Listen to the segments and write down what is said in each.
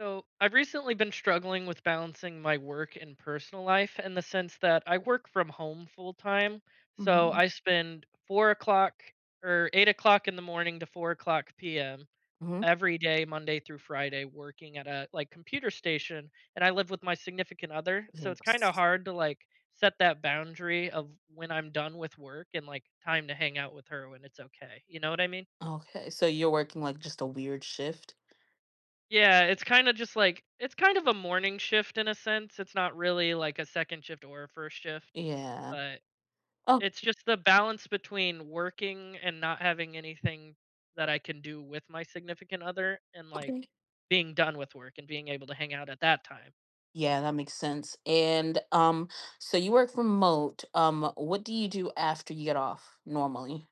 So, I've recently been struggling with balancing my work and personal life in the sense that I work from home full time. So, Mhm. I spend 4 o'clock or 8 o'clock in the morning to 4 o'clock p.m. Hmm. every day, Monday through Friday, working at a like computer station. And I live with my significant other. So, it's kind of Yes. hard to like set that boundary of when I'm done with work and like time to hang out with her when it's okay. You know what I mean? Okay, so you're working like just a weird shift. Yeah, it's kind of a morning shift in a sense. It's not really like a second shift or a first shift, Yeah. but Oh, it's just the balance between working and not having anything that I can do with my significant other and, like, okay. being done with work and being able to hang out at that time. Yeah, that makes sense. And so you work remote. What do you do after you get off normally?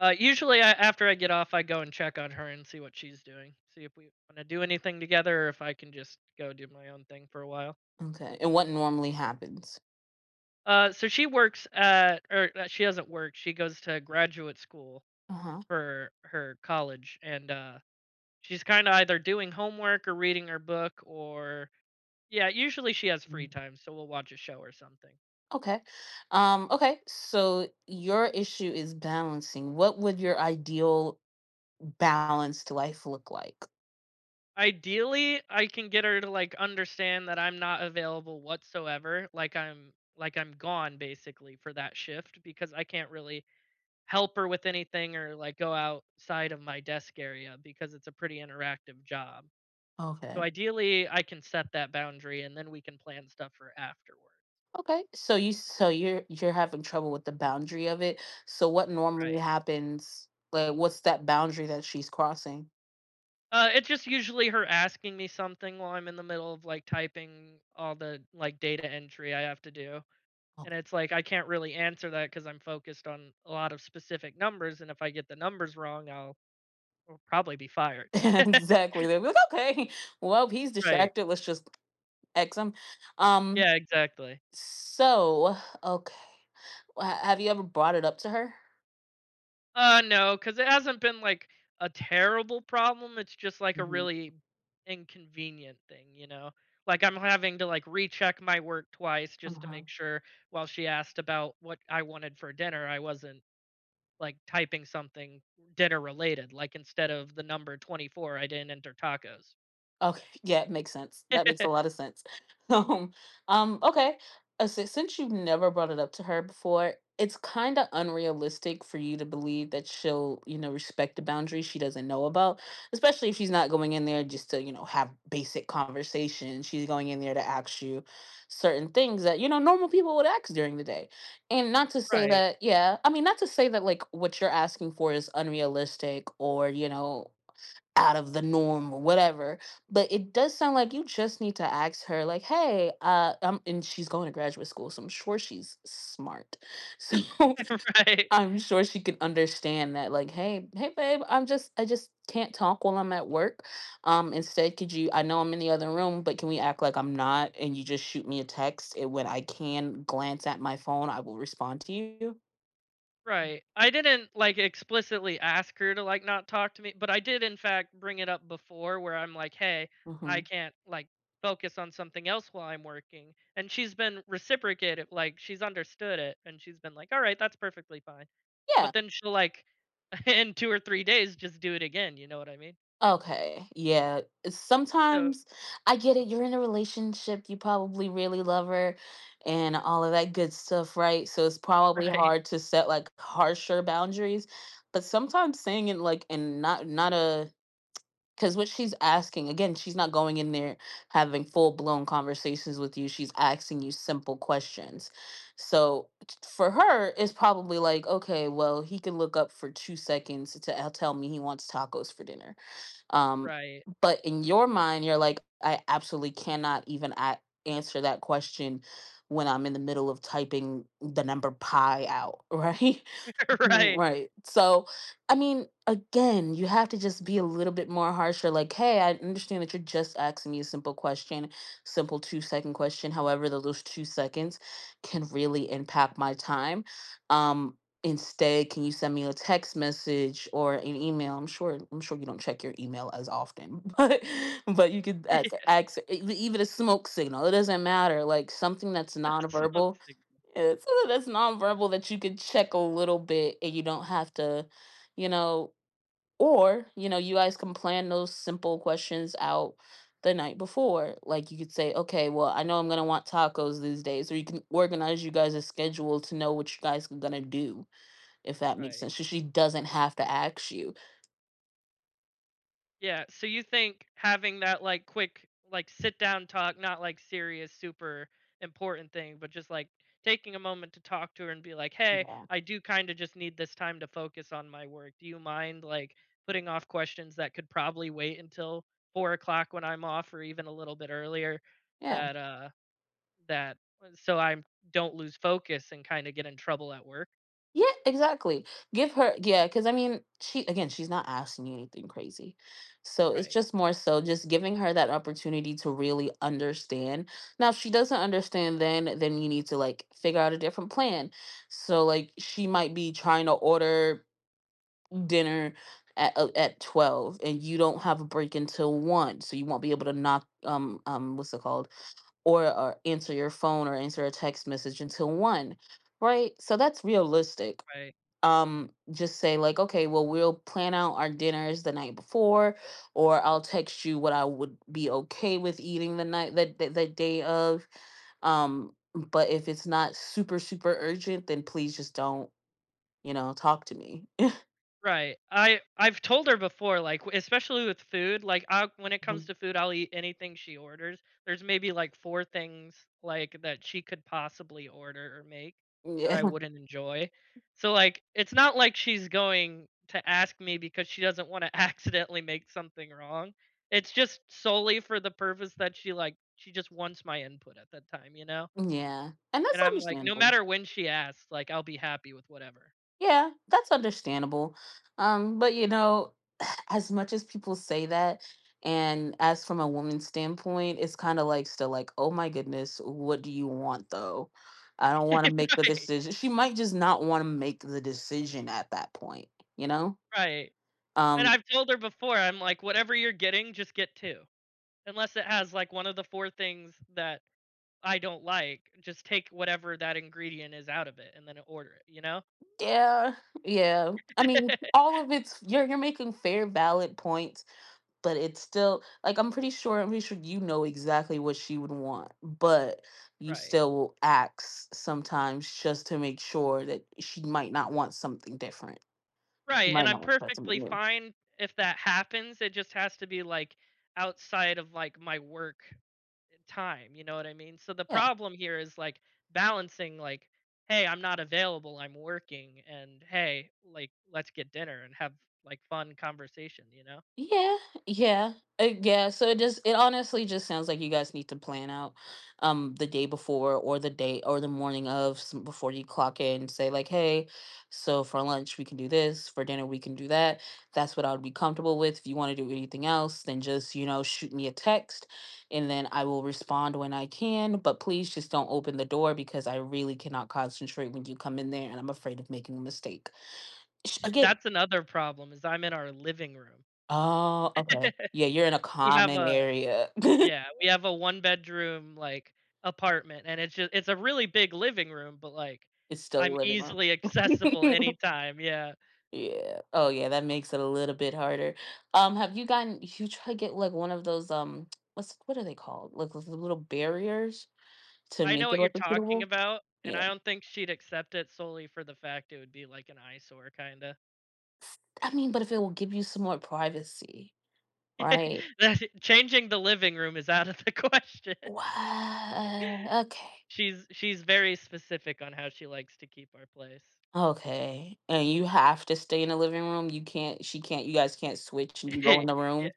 Usually, I after I get off, I go and check on her and see what she's doing, see if we wanna do anything together or if I can just go do my own thing for a while. Okay, and what normally happens? So she works at or, she doesn't work, she goes to graduate school Uh huh. for her college, and she's kind of either doing homework or reading her book, or yeah, usually she has Mm. free time, so we'll watch a show or something. Okay. Okay. So your issue is balancing. What would your ideal balanced life look like? Ideally I can get her to like understand that I'm not available whatsoever, like I'm gone basically for that shift, because I can't really help her with anything or like go outside of my desk area because it's a pretty interactive job. So Okay. ideally I can set that boundary and then we can plan stuff for afterward. Okay. So you're having trouble with the boundary of it. So what normally Right. happens? Like what's that boundary that she's crossing? It's just usually her asking me something while I'm in the middle of like typing all the like data entry I have to do. Oh. And it's like I can't really answer that because I'm focused on a lot of specific numbers. And if I get the numbers wrong, I'll probably be fired. Exactly. They're like, okay, well, he's Right. distracted. Let's just X him. Um, Yeah, exactly. so okay. Have you ever brought it up to her? No, cause it hasn't been, like, a terrible problem, it's just, like, a Mhm. really inconvenient thing, you know? Like, I'm having to, like, recheck my work twice just to make sure while she asked about what I wanted for dinner, I wasn't, like, typing something dinner related, like, instead of the number 24, I didn't enter tacos. Okay, yeah, it makes sense. That makes a lot of sense. Um, okay. Since you've never brought it up to her before, it's kind of unrealistic for you to believe that she'll, you know, respect the boundaries she doesn't know about, especially if she's not going in there just to, you know, have basic conversation. She's going in there to ask you certain things that, you know, normal people would ask during the day. And not to say Right. that, yeah, I mean, not to say that like what you're asking for is unrealistic or, you know, out of the norm or whatever, but it does sound like you just need to ask her like, hey, I and she's going to graduate school, so I'm sure she's smart. So Right. I'm sure she can understand that like, hey babe, I just can't talk while I'm at work. Instead, could you I know I'm in the other room, but can we act like I'm not, and you just shoot me a text, and when I can glance at my phone, I will respond to you. Right. I didn't like explicitly ask her to like not talk to me, but I did in fact bring it up before where I'm like, "Hey, I Mhm. can't like focus on something else while I'm working." And she's been reciprocated, like she's understood it and she's been like, "All right, that's perfectly fine." But then she'll like in 2 or 3 days just do it again, you know what I mean? Okay. Yeah. So, Sometimes I get it. oops, You're in a relationship. You probably really love her and all of that good stuff, right? So it's probably right, hard to set like harsher boundaries. But sometimes saying it like, and not a, because what she's asking, again, she's not going in there having full blown conversations with you. She's asking you simple questions. So for her, it's probably like, okay, well, he can look up for 2 seconds to tell me he wants tacos for dinner. um, right. but in your mind, you're like, I absolutely cannot even answer that question when I'm in the middle of typing the number pi out, right? Mm, Right. right. So, I mean, again, you have to just be a little bit more harsher. Like, hey, I understand that you're just asking me a simple question, simple 2-second question. However, those 2 seconds can really impact my time. Um, Instead, can you send me a text message or an email? I'm sure. I'm sure you don't check your email as often, but you could ask, ask e- even a smoke signal. It doesn't matter. Like something that's Yeah, smoke nonverbal. signal. Yeah, so something that's nonverbal that you could check a little bit and you don't have to, you know, or, you guys can plan those simple questions out the night before. Like you could say, okay, well, I know I'm gonna want tacos these days, or you can organize you guys' a schedule to know what you guys are gonna do, if that makes Right. sense. So she doesn't have to ask you. Yeah, so you think having that, like, quick, like, sit down talk, not, like, serious, super important thing, but just, like, taking a moment to talk to her and be like, "Hey, Yeah. I do kinda just need this time to focus on my work. Do you mind, like, putting off questions that could probably wait until 4 o'clock when I'm off, or even a little bit earlier Yeah. that, that so I don't lose focus and kinda get in trouble at work?" Yeah, exactly. Give her Yeah, because I mean, she, again, she's not asking you anything crazy. So it's Right, just more so just giving her that opportunity to really understand. Now, if she doesn't understand then you need to like figure out a different plan. So like she might be trying to order dinner at 12, and you don't have a break until 1, so you won't be able to knock, what's it called, or answer your phone or answer a text message until 1. Right? So that's realistic. right. Just say like, okay, well, we'll plan out our dinners the night before, or I'll text you what I would be okay with eating the night, the day of. But if it's not super super urgent, then please just don't, talk to me. Right. I've told her before, like especially with food, like I when it comes Mhm. to food, I'll eat anything she orders. There's maybe like four things like that she could possibly order or make that I Yeah. wouldn't enjoy. So like it's not like she's going to ask me because she doesn't want to accidentally make something wrong. It's just solely for the purpose that she just wants my input at that time, you know? Yeah, and that's And I'm like no understandable. matter when she asks, like I'll be happy with whatever. Yeah, that's understandable. But as much as people say that, and as from a woman's standpoint, it's kind of like still like, oh my goodness, what do you want though? I don't want to make the Right. decision. She might just not want to make the decision at that point, you know? Right. And Um, I've told her before, I'm like, "Whatever you're getting, just get 2. Unless it has, like, one of the 4 things that I don't like, just take whatever that ingredient is out of it and then order it," you know? yeah, yeah. I mean, all of it's you're making fair, valid points, but it's still like I'm pretty sure you know exactly what she would want, but you Right. still will ask sometimes just to make sure that she might not want something different. You Right, and might I'm not want to try perfectly something new. fine if that happens. It just has to be, like, outside of, like, my work time, you know what I mean? So the Yeah. problem here is, like, balancing, like, "Hey, I'm not available, I'm working," and, "Hey, like, let's get dinner and have, like, fun conversation," you know? Yeah, yeah, yeah. So it just it honestly just sounds like you guys need to plan out, the day before or the day or the morning of before you clock in. Say like, hey, so for lunch we can do this, for dinner we can do that. That's what I would be comfortable with. If you want to do anything else, then just, you know, shoot me a text, and then I will respond when I can. But please just don't open the door because I really cannot concentrate when you come in there, and I'm afraid of making a mistake. Again. That's another problem is I'm in our living room. Oh, okay. Yeah, you're in a We have common a area. Yeah, we have a one-bedroom, like, apartment, and it's just it's a really big living room, but, like, It's still I'm a living room. easily accessible anytime, yeah. Yeah. Oh, yeah, that makes it a little bit harder. Have you gotten you try to get like one of those what are they called? Like those little barriers to I make know it what you're look talking reputable? about, and Yeah. I don't think she'd accept it solely for the fact it would be, like, an eyesore kinda. I mean, but if it will give you some more privacy, right? That changing the living room is out of the question. What? Okay. She's very specific on how she likes to keep our place. Okay. And you have to stay in the living room. You can't, she can't, you guys can't switch and you go in the Yeah, room.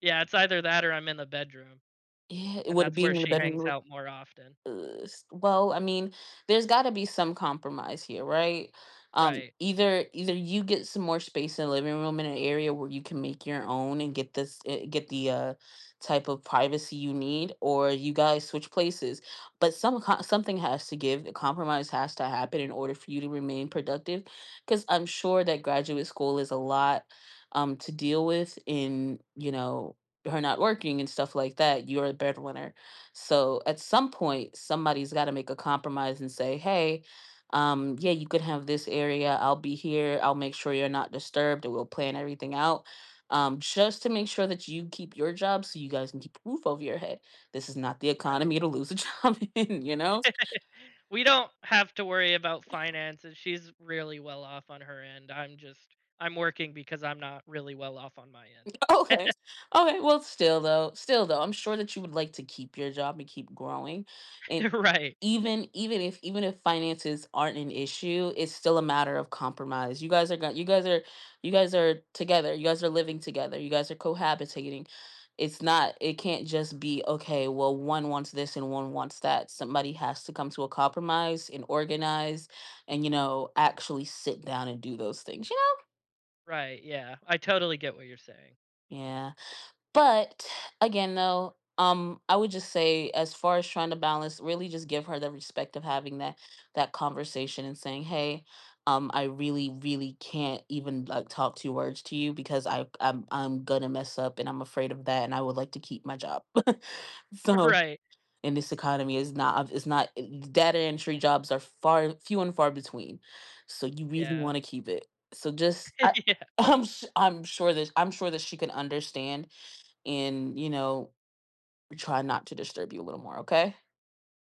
yeah, it's either that or I'm in the bedroom. Yeah. And Would it that's be where in the she hangs bedroom? out more often. Well, I mean, there's got to be some compromise here, right? um Right, either either you get some more space in the living room in an area where you can make your own, and get this, get the type of privacy you need, or you guys switch places. But some something has to give. A compromise has to happen in order for you to remain productive, because I'm sure that graduate school is a lot to deal with, in, her not working and stuff like that, you're a breadwinner. So at some point, somebody's got to make a compromise and say, hey, yeah, you could have this area. I'll be here. I'll make sure you're not disturbed, and we'll plan everything out. Just to make sure that you keep your job so you guys can keep a roof over your head. This is not the right. economy to lose a job in, you know? We don't have to worry about finances, she's really well off on her end, I'm working because I'm not really well off on my end. Okay. Okay. Well, still though, I'm sure that you would like to keep your job and keep growing. Right, Even if finances aren't an issue, it's still a matter of compromise. You guys are together. You guys are living together. You guys are cohabitating. It's not, it can't just be okay, well, one wants this and one wants that. Somebody has to come to a compromise and organize, and, you know, actually sit down and do those things, you know? right, yeah, I totally get what you're saying. Yeah. But again, though, I would just say, as far as trying to balance, really just give her the respect of having that, that conversation and saying, "Hey, I really, really can't even like talk two words to you because I'm gonna mess up and I'm afraid of that, and I would like to keep my job." So. Right, In this economy, is not it's not data entry jobs are far few and far between, so you really yeah. want to keep it. so just I, Yeah. I'm sure that she can understand, and, try not to disturb you a little more, okay.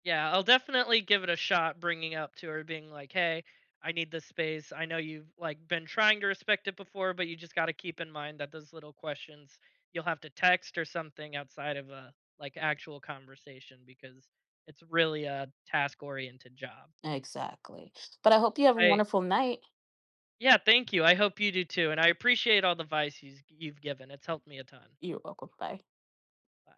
Yeah, I'll definitely give it a shot bringing up to her being like, "Hey, I need this space. I know you've like been trying to respect it before, but you just got to keep in mind that those little questions you'll have to text or something outside of a like actual conversation because it's really a task-oriented job." Exactly. But I hope you have a I wonderful night. Yeah, thank you. I hope you do too, and I appreciate all the advice you've given. It's helped me a ton. You're welcome. Bye. Bye.